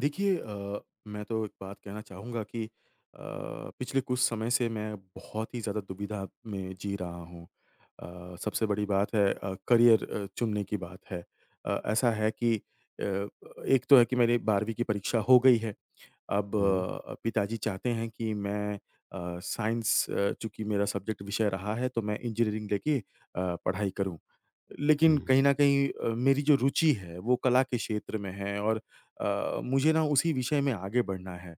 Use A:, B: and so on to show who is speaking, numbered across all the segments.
A: देखिए, मैं तो एक बात कहना चाहूँगा कि पिछले कुछ समय से मैं बहुत ही ज़्यादा दुविधा में जी रहा हूँ। सबसे बड़ी बात है करियर चुनने की बात है। ऐसा है कि एक तो है कि मेरी 12वीं की परीक्षा हो गई है। अब
B: हुँ,
A: पिताजी चाहते हैं कि मैं साइंस, चूँकि मेरा सब्जेक्ट विषय रहा है तो मैं इंजीनियरिंग लेके पढ़ाई करूँ। लेकिन
B: हुँ,
A: कहीं न कहीं मेरी जो रुचि है, वो कला के क्षेत्र में है और मुझे ना उसी विषय में आगे बढ़ना है।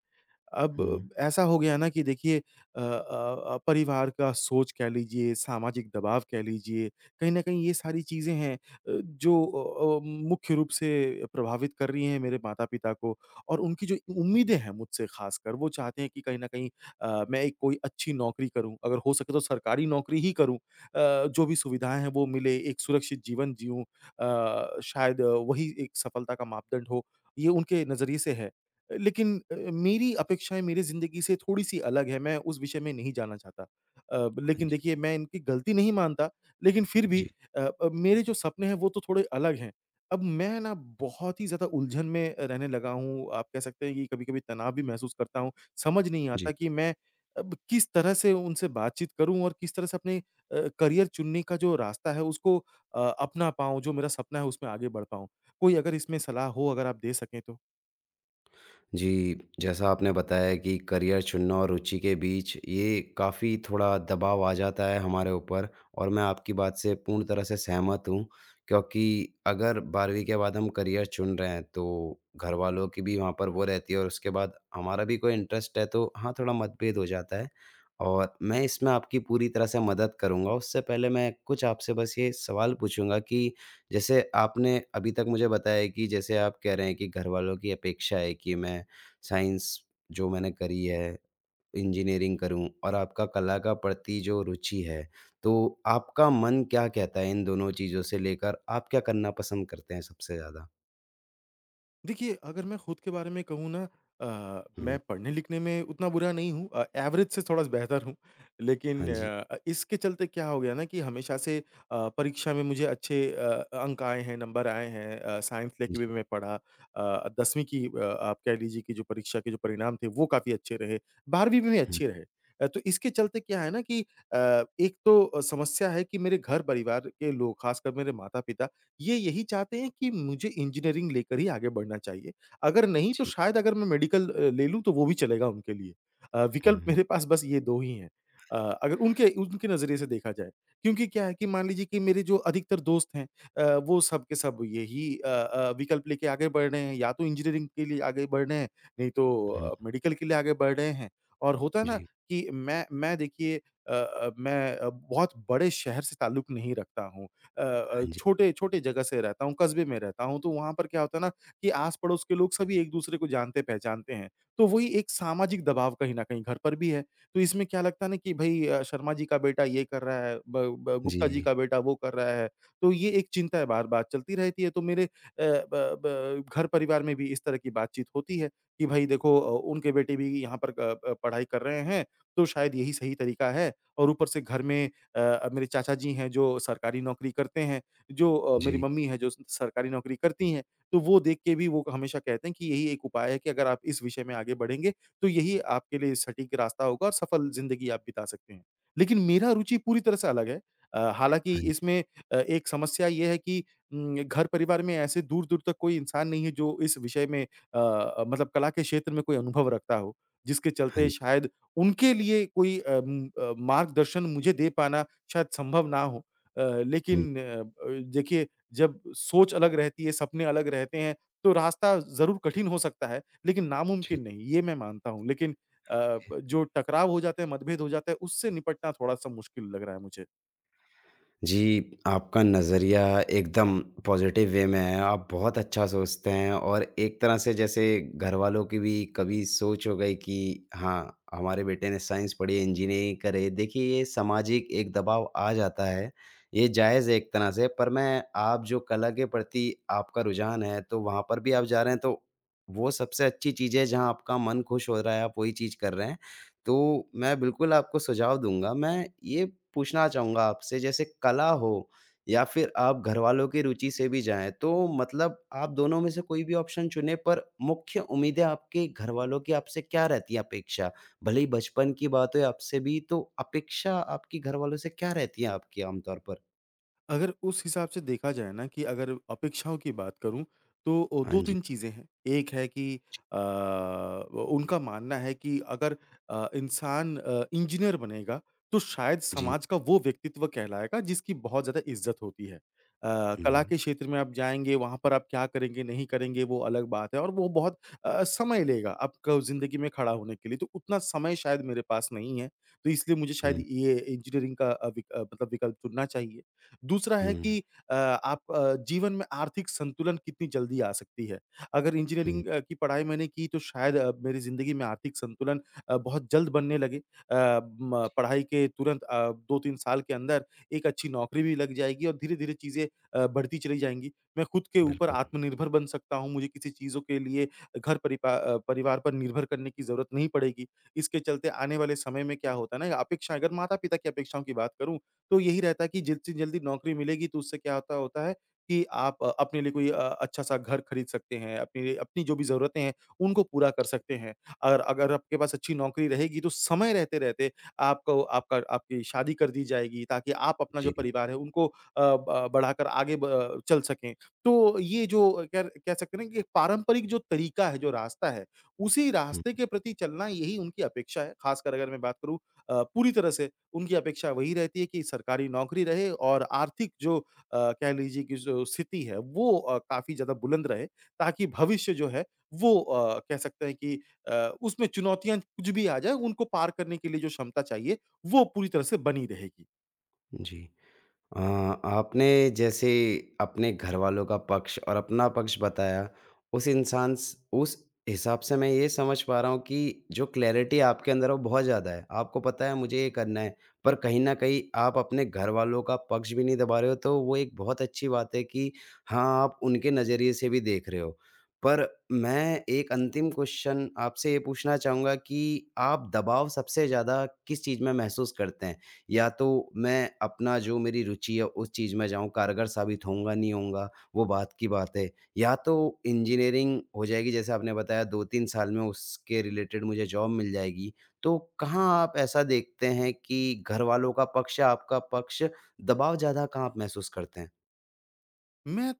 B: हुँ।
A: अब ऐसा हो गया ना कि देखिए, परिवार का सोच कह लीजिए, सामाजिक दबाव कह लीजिए, कहीं न कहीं ये सारी चीज़ें हैं जो मुख्य रूप से प्रभावित कर रही हैं मेरे माता-पिता को और उनकी जो उम्मीदें हैं मुझसे ख़ासकर, वो चाहते हैं कि कहीं न कहीं मैं एक कोई अच्छी नौकरी करूँ, अगर हो सके तो सरकारी नौकरी ही करूँ। जो भी सुविधाएँ हैं वो मिले, एक सुरक्षित जीवन जिऊँ, शायद वही एक सफलता का मापदंड हो, ये उनके नज़रिए से है। लेकिन मेरी अपेक्षाएँ मेरी ज़िंदगी से थोड़ी-सी अलग है, मैं उस विषय में नहीं जाना चाहता।
B: हाँ
A: लेकिन
B: जी,
A: देखिए मैं इनकी गलती नहीं मानता, लेकिन फिर भी
B: जी,
A: मेरे जो सपने हैं वो तो थोड़े अलग हैं। अब मैं ना बहुत ही ज़्यादा उलझन में रहने लगा हूँ, आप कह सकते हैं कि कभी-कभी तनाव भी महसूस करता हूँ। समझ नहीं
B: जी।
A: आता कि मैं अब किस तरह से उनसे बातचीत करूँ और किस तरह से अपने करियर चुनने का जो रास्ता है उसको अपना पाऊँ, जो मेरा सपना है उसमें आगे बढ़ पाऊँ। कोई अगर इसमें सलाह हो अगर आप दे सकें तो?
B: जी, जैसा आपने बताया कि करियर चुनना और रुचि के बीच ये काफ़ी थोड़ा दबाव आ जाता है हमारे ऊपर और मैं आपकी बात से पूर्ण तरह से सहमत हूँ क्योंकि अगर 12वीं के बाद हम करियर चुन रहे हैं तो घरवालों की भी वहाँ पर वो रहती है और उसके बाद हमारा भी कोई इंटरेस्ट है तो हाँ, थोड़ा मतभेद हो जाता है और मैं इसमें आपकी पूरी तरह से मदद करूँगा। उससे पहले मैं कुछ आपसे बस ये सवाल पूछूँगा कि जैसे आपने अभी तक मुझे बताया कि जैसे आप कह रहे हैं कि घरवालों की अपेक्षा है कि मैं साइंस जो मैंने करी है, इंजीनियरिंग करूँ और आपका कला का प्रति जो रुचि है, तो आपका मन क्या कहता है इन दोनों चीज़ों से लेकर आप क्या करना पसंद करते हैं सबसे ज़्यादा?
A: देखिए, अगर मैं खुद के बारे में कहूँ ना, मैं
B: हुँ,
A: पढ़ने-लिखने में उतना बुरा नहीं हूँ, एवरेज से थोड़ा
B: जी।
A: सा बेहतर हूँ। लेकिन
B: हाँ जी,
A: इसके चलते क्या हो गया ना कि हमेशा से परीक्षा में मुझे अच्छे अंक आए हैं, नंबर आए हैं। साइंस लेके भी
B: जी।
A: मैं पढ़ा। 10वीं की, आप कह लीजिए कि जो परीक्षा के जो परिणाम थे, वो काफ़ी अच्छे रहे। 12वीं में भी
B: हुँ,
A: अच्छे रहे। तो इसके चलते क्या है ना कि एक तो समस्या है कि मेरे घर परिवार के लोग, खासकर मेरे माता-पिता ये यही चाहते हैं कि मुझे इंजीनियरिंग लेकर ही आगे बढ़ना चाहिए। अगर नहीं तो
B: जी।
A: शायद अगर मैं मेडिकल ले लूँ तो वो भी चलेगा उनके लिए। विकल्प
B: हुँ,
A: मेरे पास बस ये 2 ही हैं। अ, अगर उनके उनके नज़रिए से देखा जाए। क्योंकि क्या है कि मान लीजिए कि मेरे जो अधिकतर दोस्त हैं, वो सब के सब यही विकल्प लेके आगे बढ़ रहे हैं, या तो इंजीनियरिंग के लिए आगे बढ़ रहे हैं, नहीं तो
B: हुँ,
A: मेडिकल के लिए आगे बढ़ रहे हैं। और होता है ना
B: जी।
A: कि मैं देखिए मैं बहुत बड़े शहर से ताल्लुक नहीं रखता हूँ।
B: हाँ जी।
A: छोटे छोटे जगह से रहता हूँ, कस्बे में रहता हूँ, तो वहाँ पर क्या होता है ना कि आस-पड़ोस के लोग सभी एक-दूसरे को जानते-पहचानते हैं। तो वही एक सामाजिक दबाव कहीं न कहीं घर पर भी है। तो इसमें क्या लगता है ना कि भई, शर्मा जी का बेटा ये कर रहा है, ब ब गुप्ता जी
B: जी,
A: का बेटा वो कर रहा है, तो ये एक चिंता है बार-बार चलती रहती है। तो मेरे ब ब घर-परिवार में भी इस तरह की बातचीत होती है कि भई देखो, उनके बेटे भी यहाँ पर पढ़ाई कर रहे हैं, तो शायद यही सही तरीका है। और ऊपर से घर में मेरे चाचा जी हैं जो सरकारी नौकरी करते हैं, जो मेरी
B: जी।
A: मम्मी हैं जो स सरकारी नौकरी करती हैं। तो वो देख के भी वो हमेशा कहते हैं कि यही एक उपाय है कि अगर आप इस विषय में आगे बढ़ेंगे, तो यही आपके लिए सटीक रास्ता होगा और सफल ज़िंदगी आप बिता सकते हैं। लेकिन मेरा रुचि पूरी तरह से अलग है। हालाँकि
B: हाँ जी,
A: इसमें एक समस्या ये है कि घर-परिवार में ऐसे दूर-दूर तक कोई इंसान नहीं है जो इस विषय में मतलब कला के क्षेत्र में कोई अनुभव रखता हो, जिसके
B: हाँ
A: चलते
B: जी।
A: शायद उनके लिए कोई मार्गदर्शन मुझे दे पाना शायद संभव ना हो।
B: हुँ,
A: लेकिन देखिए, जब सोच अलग रहती है, सपने अलग रहते हैं, तो रास्ता ज़रूर कठिन हो सकता है, लेकिन
B: जी,
A: नामुमकिन नहीं, ये मैं मानता हूँ। लेकिन
B: जी।
A: ब जो टकराव हो जाते हैं, मतभेद हो जाते हैं, उससे निपटना थोड़ा-सा मुश्किल लग रहा है मुझे।
B: जी, आपका नज़रिया एकदम पॉज़िटिव वे में है, आप बहुत अच्छा सोचते हैं और एक तरह से जैसे घरवालों की भी कभी सोच हो गई कि हाँ, हमारे बेटे ने साइंस पढ़ी, इंजीनियरिंग करे। देखिए, ये सामाजिक एक दबाव आ जाता है, ये जायज़ है एक तरह से, पर मैं आप जो कला के प्रति आपका रुझान है, तो वहाँ पर भी आप जा रहे हैं, तो वो सबसे अच्छी चीज़ है, जहाँ आपका मन खुश हो रहा है, आप वही चीज़ कर रहे हैं। तो मैं बिल्कुल आपको सुझाव दूँगा। मैं ये पूछना चाहूँगा आपसे जैसे कला हो या फिर आप घरवालों की रुचि से भी जाएँ, तो मतलब आप दोनों में से कोई भी ऑप्शन चुनें पर मुख्य उम्मीदें आपके घरवालों की आपसे क्या रहती है अपेक्षा? भले ही बचपन की बात हो या आपसे भी, तो अपेक्षा आपकी घरवालों से क्या रहती है आपकी आम तौर पर?
A: अगर उस हिसाब से देखा जाए ना कि अगर अपेक्षाओं की बात करूँ तो
B: हाँ जी।
A: 2-3 चीज़ें हैं। एक है कि
B: जी।
A: व उनका मानना है कि अगर इंसान इंजीनियर बनेगा तो शायद
B: जी।
A: समाज का वो व्यक्तित्व कहलाएगा जिसकी बहुत ज़्यादा इज़्ज़त होती है। कला
B: हुँ।
A: के क्षेत्र में आप जाएँगे, वहाँ पर आप क्या करेंगे, नहीं करेंगे वो अलग बात है और वो बहुत समय लेगा आपको ज़िंदगी में खड़ा होने के लिए। तो उतना समय शायद मेरे पास नहीं है, तो इसलिए मुझे शायद
B: हुँ,
A: ये इंजीनियरिंग का मतलब विकल्प चुनना चाहिए। दूसरा है
B: हुँ,
A: कि आप जीवन में आर्थिक संतुलन कितनी जल्दी आ सकती है। अगर
B: हुँ।
A: इंजीनियरिंग की पढ़ाई मैंने की तो शायद मेरी ज़िंदगी में आर्थिक संतुलन बहुत जल्द बनने लगे। अ, म पढ़ाई के तुरंत 2-3 साल के अंदर एक अच्छी नौकरी भी लग जाएगी और धीरे-धीरे चीज़ें बढ़ती चली जाएँगी। मैं खुद के ऊपर
B: बिल्कुल।
A: आत्मनिर्भर बन सकता हूँ, मुझे किसी चीज़ों के लिए परिवार पर निर्भर करने की ज़रूरत नहीं पड़ेगी। इसके चलते आने वाले समय में क्या होता है ना, अपेक्षाएँ अगर माता-पिता की अपेक्षाओं की बात करूँ तो यही रहता है कि जितनी जल्दी नौकरी मिलेगी तो उससे क्या होता होता है कि आप अपने लिए कोई अच्छा-सा घर खरीद सकते हैं, अपनी अपनी जो भी ज़रूरतें हैं, उनको पूरा कर सकते हैं। और अगर आपके पास अच्छी नौकरी रहेगी तो समय रहते-रहते आपको आपका आपकी शादी कर दी जाएगी ताकि आप अपना जो
B: जी।
A: परिवार है उनको अ, ब बढ़ाकर आगे ब चल सकें। तो ये जो कह कह सकते हैं ना कि एक पारंपरिक जो तरीका है, जो रास्ता है, उसी
B: हुँ,
A: रास्ते के प्रति चलना यही उनकी अपेक्षा है, ख़ासकर अगर मैं बात करूँ, पूरी तरह से उनकी अपेक्षा वही रहती है कि सरकारी नौकरी रहे और आर्थिक जो कह लीजिए कि जो स्थिति है वो काफ़ी ज़्यादा बुलंद रहे ताकि भविष्य जो है वो कह सकते हैं कि उसमें चुनौतियाँ कुछ भी आ जाए उनको पार करने के लिए जो क्षमता चाहिए वो पूरी तरह से बनी रहेगी।
B: जी। अ, आपने जैसे अपने घरवालों का पक्ष और अपना पक्ष बताया, उस इंसान स उस हिसाब से मैं ये समझ पा रहा हूँ कि जो क्लैरिटी आपके अंदर है, वो बहुत ज़्यादा है। आपको पता है मुझे ये करना है, पर कहीं न कहीं आप अपने घरवालों का पक्ष भी नहीं दबा रहे हो, तो वो एक बहुत अच्छी बात है कि हाँ, आप उनके नज़रिए से भी देख रहे हो। पर मैं एक अंतिम क्वेश्चन आपसे ये पूछना चाहूँगा कि आप दबाव सबसे ज़्यादा किस चीज़ में महसूस करते हैं? या तो मैं अपना जो मेरी रुचि है उस चीज़ में जाऊँ, कारगर साबित होऊँगा, नहीं होऊँगा वो बात की बात है। या तो इंजीनियरिंग हो जाएगी जैसे आपने बताया 2-3 साल में उसके रिलेटेड मुझे जॉब मिल जाएगी। तो कहाँ आप ऐसा देखते हैं कि घरवालों का पक्ष या आपका पक्ष दबाव ज़्यादा कहाँ आप महसूस करते हैं?
A: मैं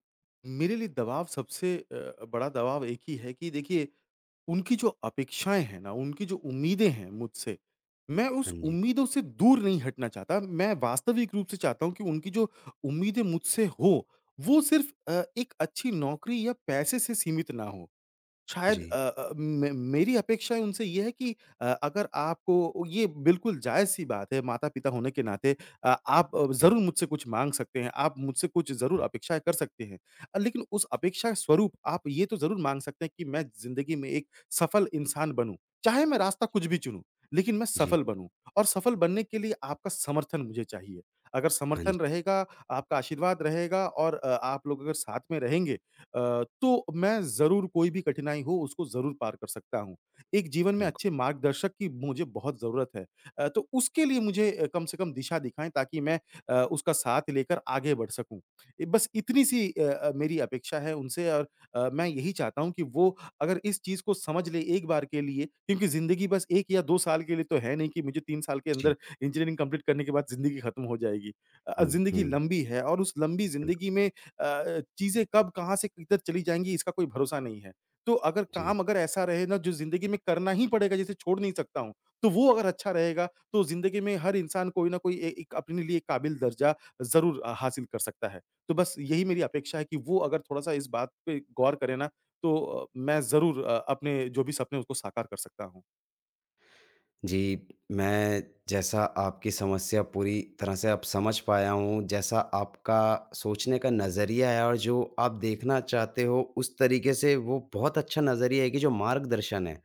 A: मेरे लिए दबाव सबसे बड़ा दबाव एक ही है कि देखिए, उनकी जो अपेक्षाएँ हैं ना, उनकी जो उम्मीदें हैं मुझसे, मैं
B: हाँ
A: उस
B: जी।
A: उम्मीदों से दूर नहीं हटना चाहता। मैं वास्तविक रूप से चाहता हूँ कि उनकी जो उम्मीदें मुझसे हो, वो सिर्फ़ एक अच्छी नौकरी या पैसे से सीमित ना हो। शायद
B: जी,
A: मे मेरी अपेक्षाएँ उनसे ये है कि अगर आपको ये बिल्कुल जायज़-सी बात है, माता-पिता होने के नाते आप
B: जी,
A: ज़रूर मुझसे कुछ माँग सकते हैं, आप मुझसे कुछ ज़रूर अपेक्षाएँ कर सकते हैं। लेकिन उस अपेक्षा स्वरूप आप ये तो ज़रूर माँग सकते हैं कि मैं ज़िंदगी में एक सफल इंसान बनूँ। चाहे मैं रास्ता
B: हुँ,
A: कुछ भी चुनूँ, लेकिन मैं
B: जी,
A: सफल बनूँ और सफल बनने के लिए आपका समर्थन मुझे चाहिए। अगर
B: हाँ
A: समर्थन
B: जी,
A: रहेगा, आपका आशीर्वाद रहेगा और आप लोग अगर साथ में रहेंगे, तो मैं ज़रूर कोई भी कठिनाई हो उसको ज़रूर पार कर सकता हूँ। एक जीवन में
B: बिल्कुल।
A: अच्छे मार्गदर्शक की मुझे बहुत ज़रूरत है। तो उसके लिए मुझे कम से कम दिशा दिखाएँ ताकि मैं उसका साथ लेकर आगे बढ़ सकूँ। बस इतनी सी मेरी अपेक्षा है उनसे और मैं यही चाहता हूँ कि वो अगर इस चीज़ को समझ लें एक बार के लिए क्योंकि ज़िंदगी बस 1 या 2 साल के लिए तो है नहीं कि मुझे 3 साल के
B: जी,
A: अंदर इंजीनियरिंग कंप्लीट करने के बाद ज़िंदगी खत्म हो जाएगी।
B: हुँ,
A: ज़िंदगी
B: हुँ,
A: लंबी है और उस लंबी
B: बिल्कुल,
A: ज़िंदगी में चीज़ें कब कहाँ से किधर चली जाएँगी इसका कोई भरोसा नहीं है। तो अगर
B: जी।
A: काम अगर ऐसा रहे ना जो ज़िंदगी में करना ही पड़ेगा जिसे छोड़ नहीं सकता हूँ, तो वो अगर अच्छा रहेगा तो ज़िंदगी में हर इंसान कोई न कोई ए एक अपने लिए काबिल दर्जा ज़रूर हासिल कर सकता है। तो बस यही मेरी अपेक्षा है कि वो अगर थोड़ा-सा इस बात पे गौर करें ना तो मैं ज़रूर अपने जो भी सपने हैं उसको साकार कर सकता हूँ।
B: जी, मैं जैसा आपकी समस्या पूरी तरह से अब समझ पाया हूँ, जैसा आपका सोचने का नज़रिया है और जो आप देखना चाहते हो उस तरीके से वो बहुत अच्छा नज़रिया है कि जो मार्गदर्शन है।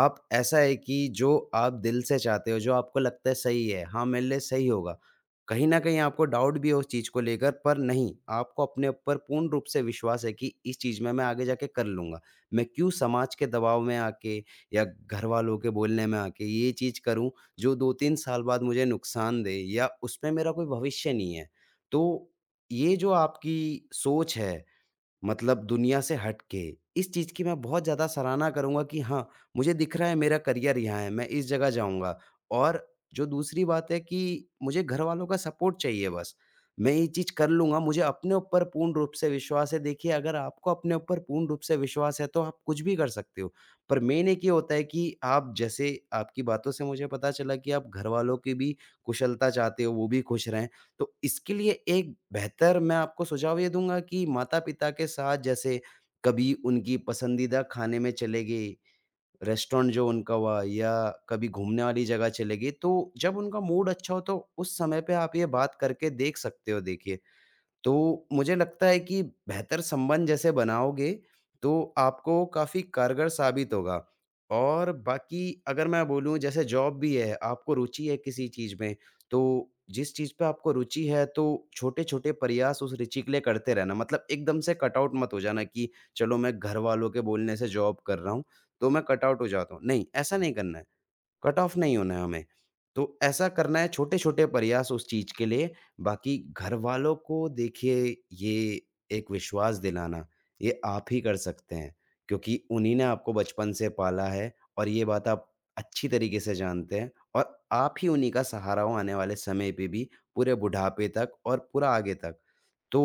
B: आप ऐसा है कि जो आप दिल से चाहते हो, जो आपको लगता है सही है, हाँ, मेरे लिए सही होगा। कहीं न कहीं आपको डाउट भी है उस चीज़ को लेकर पर नहीं, आपको अपने ऊपर पूर्ण रूप से विश्वास है कि इस चीज़ में मैं आगे जाके कर लूँगा। मैं क्यों समाज के दबाव में आके या घर वालों के बोलने में आके ये चीज़ करूँ जो 2-3 साल बाद मुझे नुकसान दे या उसमें मेरा कोई भविष्य नहीं है। तो ये जो आपकी सोच है मतलब दुनिया से हट के, इस चीज़ की मैं बहुत ज़्यादा सराहना करूँगा कि हाँ, मुझे दिख रहा है मेरा करियर यहाँ है, मैं इस जगह जाऊँगा। और जो दूसरी बात है कि मुझे घरवालों का सपोर्ट चाहिए बस। मैं ये चीज़ कर लूँगा, मुझे अपने ऊपर पूर्ण रूप से विश्वास है। देखिए, अगर आपको अपने ऊपर पूर्ण रूप से विश्वास है, तो आप कुछ भी कर सकते हो। पर मेन एक ये होता है कि आप जैसे आपकी बातों से मुझे पता चला कि आप घरवालों की भी कुशलता चाहते हो, वो भी खुश रहें। तो इसके लिए एक बेहतर मैं आपको सुझाव ये दूँगा कि माता-पिता के साथ जैसे कभी उनकी पसंदीदा खाने में चले गए, रेस्टोरेंट जो उनका हुआ या कभी घूमने वाली जगह चले गए, तो जब उनका मूड अच्छा हो तो उस समय पे आप ये बात करके देख सकते हो देखिए। तो मुझे लगता है कि बेहतर संबंध जैसे बनाओगे, तो आपको काफ़ी कारगर साबित होगा। और बाकी अगर मैं बोलूँ जैसे जॉब भी है, आपको रुचि है किसी चीज़ में, तो जिस चीज़ पे आपको रुचि है, तो छोटे-छोटे प्रयास उस रुचि के लिए करते रहना। मतलब एकदम से कट आउट मत हो जाना कि चलो मैं घरवालों के बोलने से जॉब कर रहा हूँ, तो मैं कट आउट हो जाता हूँ। नहीं, ऐसा नहीं करना है। कट ऑफ नहीं होना है हमें। तो ऐसा करना है छोटे-छोटे प्रयास उस चीज़ के लिए, बाकी घरवालों को देखिए ये एक विश्वास दिलाना, ये आप ही कर सकते हैं क्योंकि उन्हीं ने आपको बचपन से पाला है और ये बात आप अच्छी तरीके से जानते हैं और आप ही उन्हीं का सहारा हो आने वाले समय पे भी, पूरे बुढ़ापे तक और पूरा आगे तक। तो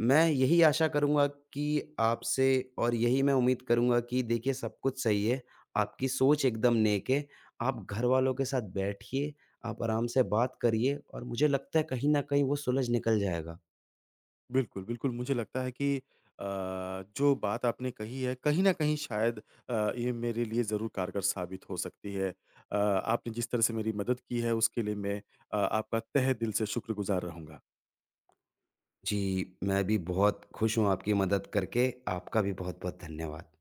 B: मैं यही आशा करूँगा कि आपसे और यही मैं उम्मीद करूँगा कि देखिए सब कुछ सही है, आपकी सोच एकदम नेक है। आप घरवालों के साथ बैठिए, आप आराम से बात करिए और मुझे लगता है कहीं न कहीं वो सुलझ निकल जाएगा।
A: बिल्कुल, बिल्कुल, मुझे लगता है कि अ, जो बात आपने कही है, कहीं न कहीं शायद ये मेरे लिए ज़रूर कारगर साबित हो सकती है। आपने जिस तरह से मेरी मदद की है, उसके लिए मैं आपका तहे दिल से शुक्रगुज़ार रहूँगा।
B: जी, मैं भी बहुत खुश हूँ आपकी मदद करके। आपका भी बहुत-बहुत धन्यवाद।